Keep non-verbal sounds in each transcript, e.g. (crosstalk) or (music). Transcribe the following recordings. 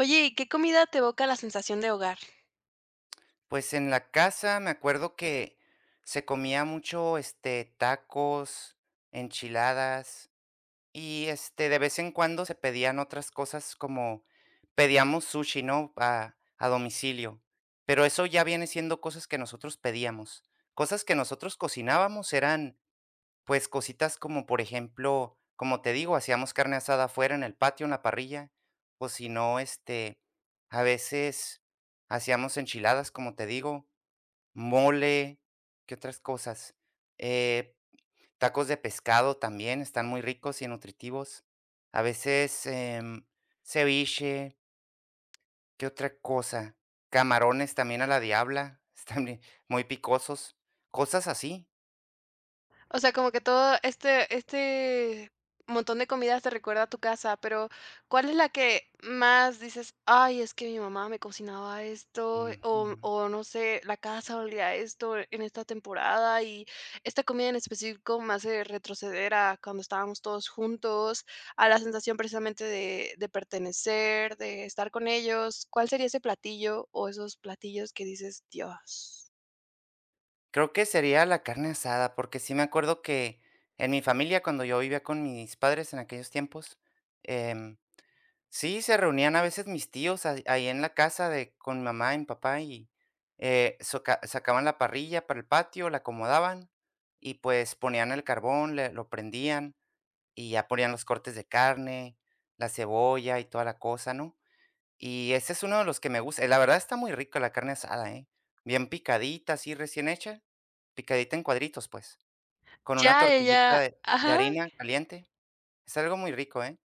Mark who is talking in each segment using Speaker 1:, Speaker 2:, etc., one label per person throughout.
Speaker 1: Oye, ¿y qué comida te evoca la sensación de hogar?
Speaker 2: Pues en la casa me acuerdo que se comía mucho, tacos, enchiladas y, de vez en cuando se pedían otras cosas como pedíamos sushi, ¿no? A domicilio, pero eso ya viene siendo cosas que nosotros pedíamos. Cosas que nosotros cocinábamos eran, pues, cositas como, por ejemplo, como te digo, hacíamos carne asada afuera en el patio, en la parrilla, o si no, a veces hacíamos enchiladas, como te digo. Mole, ¿qué otras cosas? Eh, Tacos de pescado también están muy ricos y nutritivos. A veces, ceviche, ¿qué otra cosa? Camarones también a la diabla, (laughs) están bien muy picosos, cosas así.
Speaker 1: O sea, como que todo este montón de comidas te recuerda a tu casa, pero ¿cuál es la que más dices: "Ay, es que mi mamá me cocinaba esto", o
Speaker 2: Ujú.
Speaker 1: o no sé, la casa olía a esto en esta temporada, y esta comida en específico me hace retroceder a cuando estábamos todos juntos, a la sensación precisamente de pertenecer, de estar con ellos? ¿Cuál sería ese platillo o esos platillos que dices: "Dios"?
Speaker 2: Creo que sería la carne asada, porque sí me acuerdo que en mi familia, cuando yo vivía con mis padres en aquellos tiempos, em sí, se reunían a veces mis tíos ahí en la casa de con mi mamá y mi papá y, soca sacaban la parrilla para el patio, la acomodaban y, pues, ponían el carbón, le lo prendían y ya ponían los cortes de carne, la cebolla y toda la cosa, ¿no? Y ese es uno de los que me gusta. La verdad está muy rico la carne asada, ¿eh? Bien picadita, así recién hecha, picadita en cuadritos, pues, con una
Speaker 1: Ya, ya,
Speaker 2: tortillita
Speaker 1: ya.
Speaker 2: de
Speaker 1: Ajá,
Speaker 2: harina caliente. Es algo muy rico, ¿eh?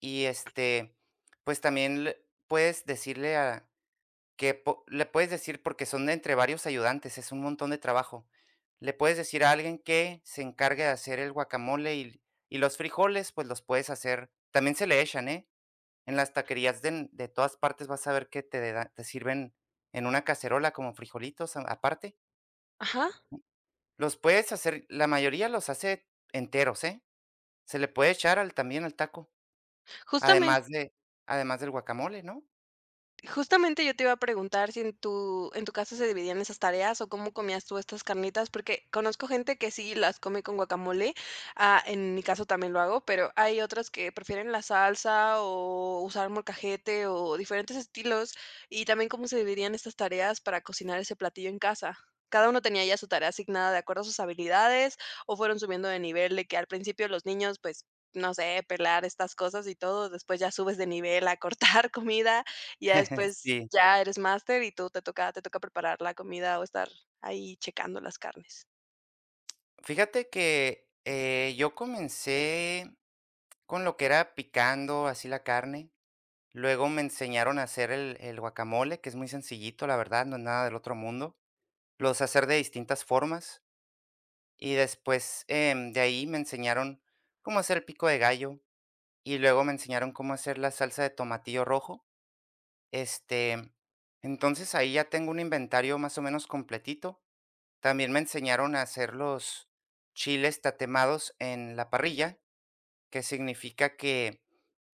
Speaker 2: Y pues también le puedes decir, porque son entre varios ayudantes, es un montón de trabajo. Le puedes decir a alguien que se encargue de hacer el guacamole y los frijoles, pues los puedes hacer también se le echan, ¿eh? En las taquerías de todas partes vas a ver que te sirven en una cacerola como frijolitos a aparte.
Speaker 1: ajá.
Speaker 2: Los puedes hacer, la mayoría los hace enteros, ¿eh? Se le puede echar al también al taco,
Speaker 1: Justamente
Speaker 2: además de además del guacamole, ¿no?
Speaker 1: Justamente yo te iba a preguntar si en tu casa se dividían esas tareas o cómo comías tú estas carnitas, porque conozco gente que sí las come con guacamole, ah, en mi caso también lo hago, pero hay otras que prefieren la salsa o usar molcajete o diferentes estilos, y también cómo se dividían estas tareas para cocinar ese platillo en casa. ¿Cada uno tenía ya su tarea asignada de acuerdo a sus habilidades, o fueron subiendo de nivel de que al principio los niños, pues, no sé, pelar estas cosas y todo, después ya subes de nivel a cortar (laughs) comida? Y ya
Speaker 2: (laughs)
Speaker 1: después
Speaker 2: Sí.
Speaker 1: ya eres máster y tú te toca preparar la comida o estar ahí checando las carnes.
Speaker 2: Fíjate que, yo comencé con lo que era picando así la carne. Luego me enseñaron a hacer el guacamole, que es muy sencillito, la verdad, no es nada del otro mundo. Lo sé hacer de distintas formas. Y después, de ahí me enseñaron cómo hacer el pico de gallo, y luego me enseñaron cómo hacer la salsa de tomatillo rojo. Este, entonces ahí ya tengo un inventario más o menos completito. También me enseñaron a hacer los chiles tatemados en la parrilla, que significa que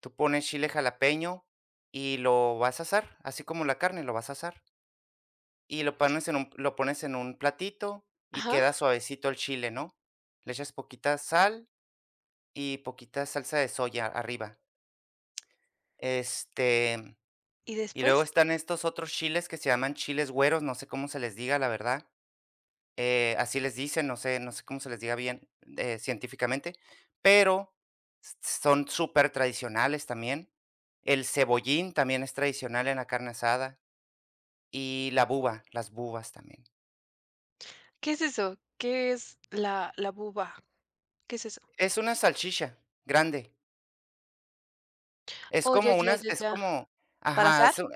Speaker 2: tú pones chile jalapeño y lo vas a asar, así como la carne, lo vas a asar. Y lo pones en un platito y
Speaker 1: Ajá,
Speaker 2: queda suavecito el chile, ¿no? Le echas poquita sal y poquita salsa de soya arriba. Este,
Speaker 1: ¿y
Speaker 2: y luego
Speaker 1: después?
Speaker 2: están estos otros chiles que se llaman chiles güeros, no sé cómo se les diga, la verdad. Así les dicen, no sé cómo se les diga bien, científicamente, pero s son súper tradicionales también. El cebollín también es tradicional en la carne asada y la buba, las bubas también.
Speaker 1: ¿Qué es eso? ¿Qué es la buba? ¿Qué es eso?
Speaker 2: Es una salchicha grande,
Speaker 1: Oh, ya, ya, ya,
Speaker 2: es
Speaker 1: ya.
Speaker 2: como
Speaker 1: ¿Para
Speaker 2: ajá,
Speaker 1: asar?
Speaker 2: es u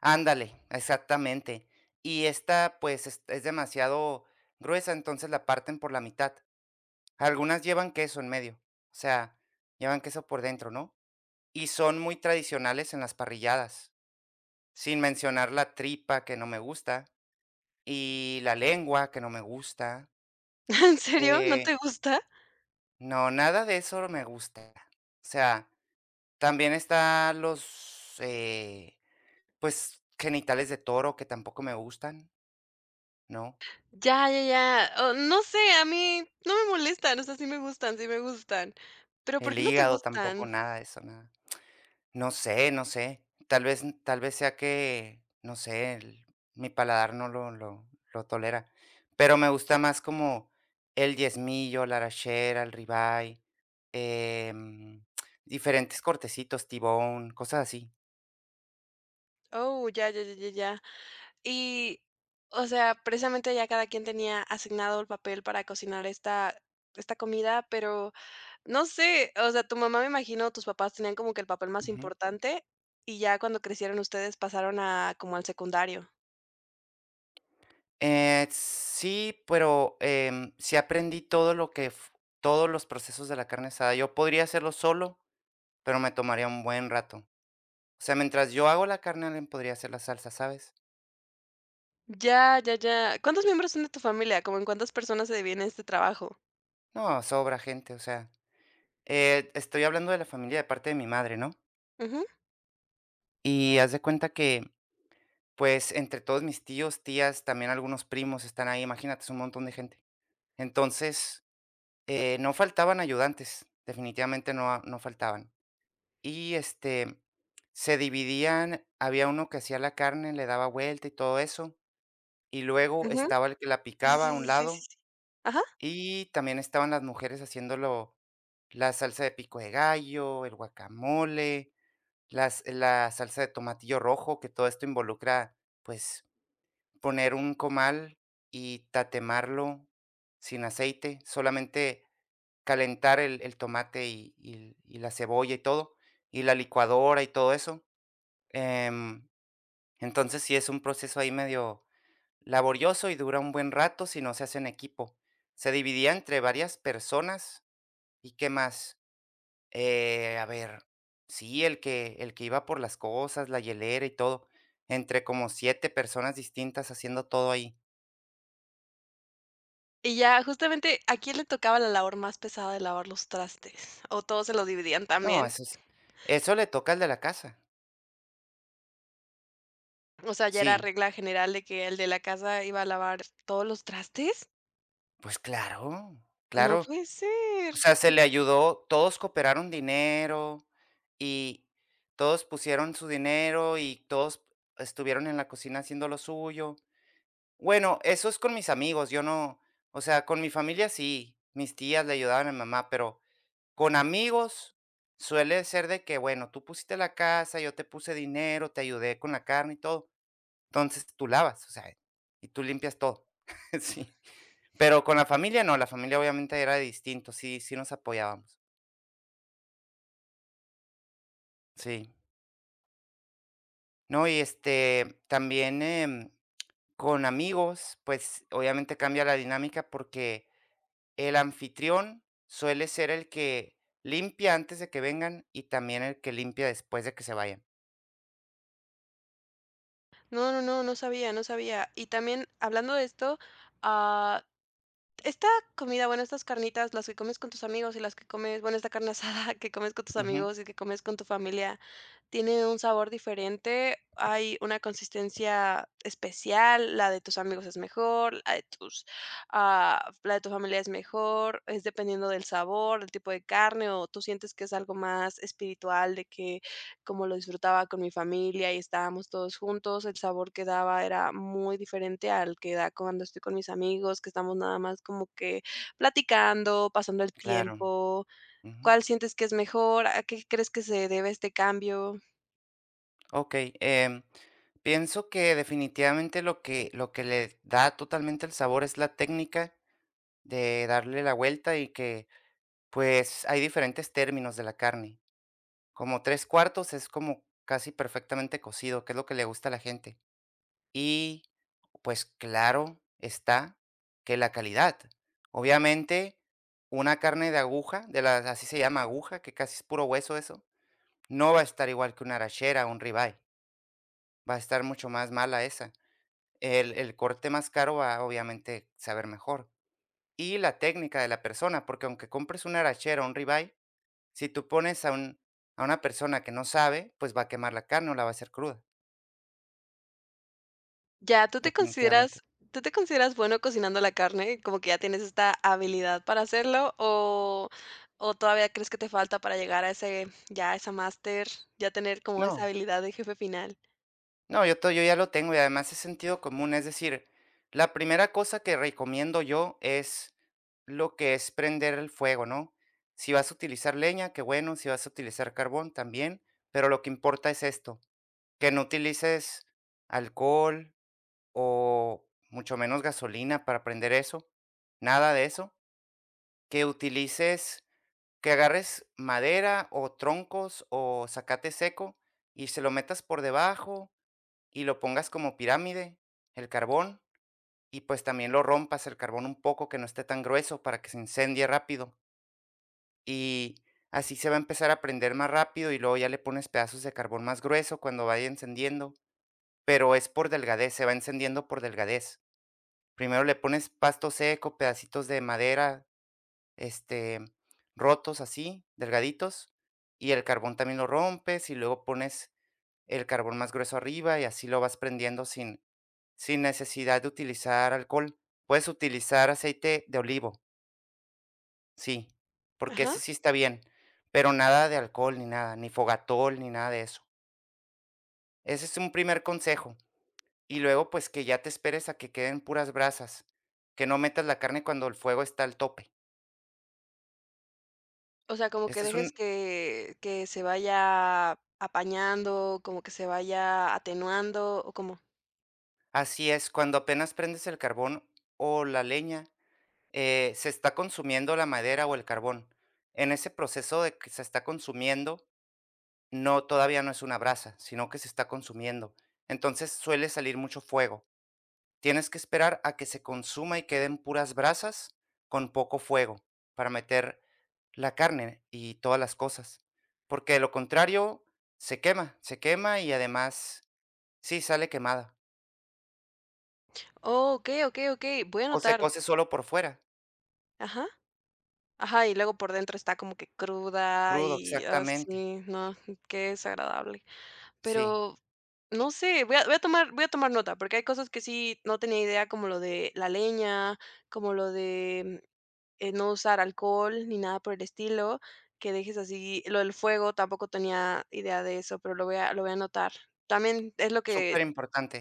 Speaker 2: ándale, exactamente. Y esta, pues, es demasiado gruesa, entonces la parten por la mitad. Algunas llevan queso en medio, o sea, llevan queso por dentro, ¿no? Y son muy tradicionales en las parrilladas, sin mencionar la tripa, que no me gusta, y la lengua, que no me gusta.
Speaker 1: (laughs) ¿En serio? ¿No
Speaker 2: Eh,
Speaker 1: te gusta?
Speaker 2: no, nada de eso me gusta. O sea, también está los, pues, genitales de toro, que tampoco me gustan, ¿no?
Speaker 1: Ya, ya, ya. Oh, no sé, a mí no me molestan, o sea, sí me gustan, sí me gustan. Pero ¿por
Speaker 2: El
Speaker 1: qué no te
Speaker 2: hígado tampoco,
Speaker 1: gustan?
Speaker 2: nada de eso, nada. No sé, no sé. Tal vez sea que, no sé, el mi paladar no lo tolera, pero me gusta más como el diezmillo, la arrachera, el ribeye, em, diferentes cortecitos, tibón, cosas así.
Speaker 1: Oh, ya, ya, ya, ya, ya. Y, o sea, precisamente ya cada quien tenía asignado el papel para cocinar esta comida, pero no sé, o sea, tu mamá, me imagino, tus papás tenían como que el papel más
Speaker 2: Ujú.
Speaker 1: importante, y ya cuando crecieron ustedes pasaron a como al secundario.
Speaker 2: Sí, pero, sí aprendí todo lo que f todos los procesos de la carne asada. Yo podría hacerlo solo, pero me tomaría un buen rato. O sea, mientras yo hago la carne, alguien podría hacer la salsa, ¿sabes?
Speaker 1: Ya, ya, ya. ¿Cuántos miembros son de tu familia? ¿Cómo en cuántas personas se divide este trabajo?
Speaker 2: No, sobra gente, o sea, estoy hablando de la familia de parte de mi madre, ¿no?
Speaker 1: Ujú,
Speaker 2: Y haz de cuenta que, pues, entre todos mis tíos, tías, también algunos primos están ahí, imagínate, es un montón de gente. Entonces, no faltaban ayudantes, definitivamente no, no faltaban. Y se dividían, había uno que hacía la carne, le daba vuelta y todo eso, y luego
Speaker 1: ujú.
Speaker 2: estaba el que la
Speaker 1: Sí, sí,
Speaker 2: picaba a un
Speaker 1: sí, sí, sí,
Speaker 2: lado,
Speaker 1: sí. Ajá.
Speaker 2: y también estaban las mujeres haciéndolo, la salsa de pico de gallo, el guacamole, las la salsa de tomatillo rojo, que todo esto involucra, pues, poner un comal y tatemarlo sin aceite, solamente calentar el tomate y la cebolla y todo, y la licuadora y todo eso. Em, entonces, sí es un proceso ahí medio laborioso y dura un buen rato si no se hace en equipo. Se dividía entre varias personas. ¿Y qué más? A ver, sí, el que iba por las cosas, la hielera y todo, entre como 7 personas distintas haciendo todo ahí.
Speaker 1: Y ya, justamente, ¿a quién le tocaba la labor más pesada de lavar los trastes? ¿O todos se los dividían
Speaker 2: No,
Speaker 1: también?
Speaker 2: eso le toca al de la casa.
Speaker 1: O sea, ¿ya era
Speaker 2: Sí,
Speaker 1: regla general de que el de la casa iba a lavar todos los trastes?
Speaker 2: pues claro,
Speaker 1: No
Speaker 2: claro.
Speaker 1: puede ser.
Speaker 2: O sea, se le ayudó, todos cooperaron dinero y todos pusieron su dinero y todos estuvieron en la cocina haciendo lo suyo. Bueno, eso es con mis amigos, yo no, o sea, con mi familia sí, mis tías le ayudaban a mi mamá, pero con amigos suele ser de que, bueno, tú pusiste la casa, yo te puse dinero, te ayudé con la carne y todo, entonces tú lavas, o sea, y tú limpias todo. (laughs) Sí, pero con la familia no, la familia obviamente era distinto, sí, sí nos apoyábamos. Sí. No, y, también, con amigos, pues, obviamente cambia la dinámica porque el anfitrión suele ser el que limpia antes de que vengan y también el que limpia después de que se vayan.
Speaker 1: No, no, no, no sabía, no sabía. Y también hablando de esto, ah, esta comida, bueno, estas carnitas, las que comes con tus amigos y las que comes, bueno, esta carne asada (laughs) que comes con tus
Speaker 2: Ujú,
Speaker 1: amigos y que comes con tu familia, tiene un sabor diferente, hay una consistencia especial, la de tus amigos es mejor, la de tus, ah, la de tu familia es mejor, es dependiendo del sabor, del tipo de carne, o tú sientes que es algo más espiritual, de que como lo disfrutaba con mi familia y estábamos todos juntos, el sabor que daba era muy diferente al que da cuando estoy con mis amigos, que estamos nada más como que platicando, pasando el
Speaker 2: claro.
Speaker 1: tiempo.
Speaker 2: Ujú.
Speaker 1: ¿Cuál sientes que es mejor? ¿A qué crees que se debe este cambio?
Speaker 2: Ok, em, pienso que definitivamente lo que le da totalmente el sabor es la técnica de darle la vuelta y que pues hay diferentes términos de la carne. Como tres cuartos es como casi perfectamente cocido, que es lo que le gusta a la gente. Y pues claro está que la calidad. Obviamente una carne de aguja, de las, así se llama aguja, que casi es puro hueso eso, no va a estar igual que una arachera o un ribeye. Va a estar mucho más mala esa. El corte más caro va, obviamente, saber mejor. Y la técnica de la persona, porque aunque compres una arachera o un ribeye, si tú pones a una persona que no sabe, pues va a quemar la carne o la va a hacer cruda,
Speaker 1: Ya,
Speaker 2: definitivamente.
Speaker 1: ¿tú te consideras bueno cocinando la carne? Como que ya tienes esta habilidad para hacerlo, o todavía crees que te falta para llegar a ese ya a esa máster, ya tener como esa
Speaker 2: No,
Speaker 1: habilidad de jefe final.
Speaker 2: no, yo ya lo tengo y además es sentido común, es decir, la primera cosa que recomiendo yo es lo que es prender el fuego, ¿no? Si vas a utilizar leña, qué bueno, si vas a utilizar carbón, también, pero lo que importa es esto, que no utilices alcohol, o mucho menos gasolina para prender eso, nada de eso. Que utilices, que agarres madera o troncos o zacate seco y se lo metas por debajo y lo pongas como pirámide, el carbón, y pues también lo rompas el carbón un poco que no esté tan grueso para que se incendie rápido. Y así se va a empezar a prender más rápido y luego ya le pones pedazos de carbón más grueso cuando vaya encendiendo, pero es por delgadez, se va encendiendo por delgadez. Primero le pones pasto seco, pedacitos de madera, este, rotos así, delgaditos, y el carbón también lo rompes, y luego pones el carbón más grueso arriba, y así lo vas prendiendo sin necesidad de utilizar alcohol. Puedes utilizar aceite de olivo, sí, porque
Speaker 1: Ajá.
Speaker 2: ese sí está bien, pero nada de alcohol, ni nada, ni fogatol, ni nada de eso. Ese es un primer consejo. Y luego, pues, que ya te esperes a que queden puras brasas, que no metas la carne cuando el fuego está al tope.
Speaker 1: O sea, como que
Speaker 2: Este es
Speaker 1: dejes
Speaker 2: un
Speaker 1: que se vaya apañando, como que se vaya atenuando, ¿o cómo?
Speaker 2: Así es, cuando apenas prendes el carbón o la leña, se está consumiendo la madera o el carbón. En ese proceso de que se está consumiendo, no, todavía no es una brasa, sino que se está consumiendo. Entonces suele salir mucho fuego. Tienes que esperar a que se consuma y queden puras brasas con poco fuego para meter la carne y todas las cosas, porque de lo contrario se quema y además sí, sale quemada
Speaker 1: Oh, okey, okey, okey, voy a
Speaker 2: o se
Speaker 1: anotar.
Speaker 2: cose solo por fuera.
Speaker 1: Ajá. Ajá, y luego por dentro está como que cruda
Speaker 2: Crudo,
Speaker 1: y,
Speaker 2: exactamente.
Speaker 1: así, no, qué desagradable.
Speaker 2: Sí,
Speaker 1: Pero no sé, voy a tomar nota, porque hay cosas que sí no tenía idea, como lo de la leña, como lo de, no usar alcohol ni nada por el estilo, que dejes así lo del fuego, tampoco tenía idea de eso, pero lo voy a anotar. También es lo
Speaker 2: súper
Speaker 1: que
Speaker 2: importante.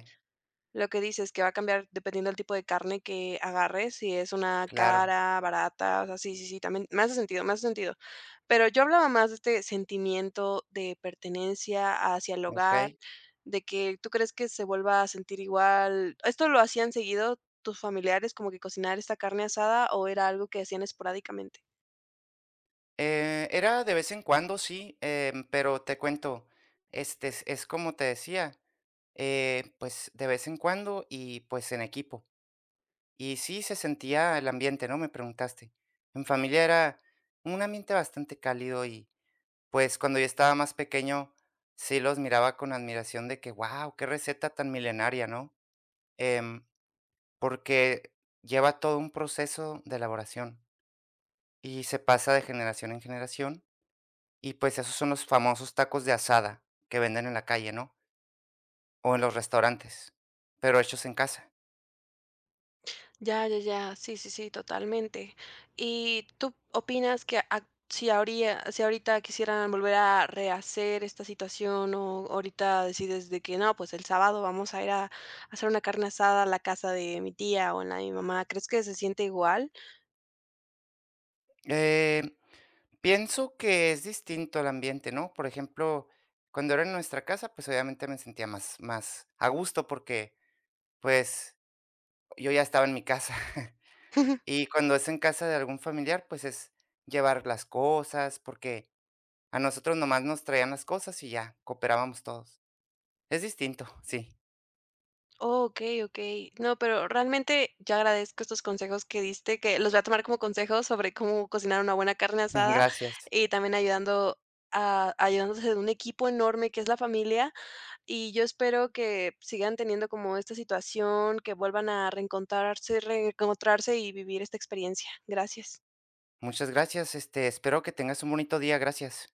Speaker 1: dices, que va a cambiar dependiendo del tipo de carne que agarres, si es una
Speaker 2: Claro,
Speaker 1: cara, barata, o sea, sí, sí, sí, también me hace sentido, me hace sentido. Pero yo hablaba más de este sentimiento de pertenencia hacia el hogar,
Speaker 2: okey.
Speaker 1: de que tú crees que se vuelva a sentir igual. ¿Esto lo hacían seguido tus familiares, como que cocinar esta carne asada, o era algo que hacían esporádicamente?
Speaker 2: Era de vez en cuando, sí, pero te cuento, es como te decía, pues, de vez en cuando y, pues, en equipo. Y sí se sentía el ambiente, ¿no?, me preguntaste. En familia era un ambiente bastante cálido y, pues, cuando yo estaba más pequeño, sí los miraba con admiración de que, wow qué receta tan milenaria, ¿no? Em porque lleva todo un proceso de elaboración y se pasa de generación en generación y pues esos son los famosos tacos de asada que venden en la calle, ¿no? O en los restaurantes, pero hechos en casa.
Speaker 1: Ya, ya, ya. Sí, sí, sí, totalmente. ¿Y tú opinas que ac- si habría, si ahorita quisieran volver a rehacer esta situación o ahorita decides de que no, pues el sábado vamos a ir a hacer una carne asada a la casa de mi tía o en la de mi mamá, ¿crees que se siente igual?
Speaker 2: Eh, Pienso que es distinto el ambiente, ¿no? Por ejemplo, cuando era en nuestra casa, pues obviamente me sentía más, más a gusto porque pues yo ya estaba en mi casa. (laughs)
Speaker 1: (laughs)
Speaker 2: Y cuando es en casa de algún familiar, pues es llevar las cosas, porque a nosotros nomás nos traían las cosas y ya, cooperábamos todos. Es distinto, sí.
Speaker 1: Oh, ok, ok. No, pero realmente yo agradezco estos consejos que diste, que los voy a tomar como consejos sobre cómo cocinar una buena carne
Speaker 2: (laughs)
Speaker 1: asada
Speaker 2: Gracias.
Speaker 1: y también ayudando a, ayudándose de un equipo enorme que es la familia. Y yo espero que sigan teniendo como esta situación, que vuelvan a reencontrarse, reencontrarse y vivir esta experiencia. Gracias.
Speaker 2: Muchas gracias, espero que tengas un bonito día, gracias.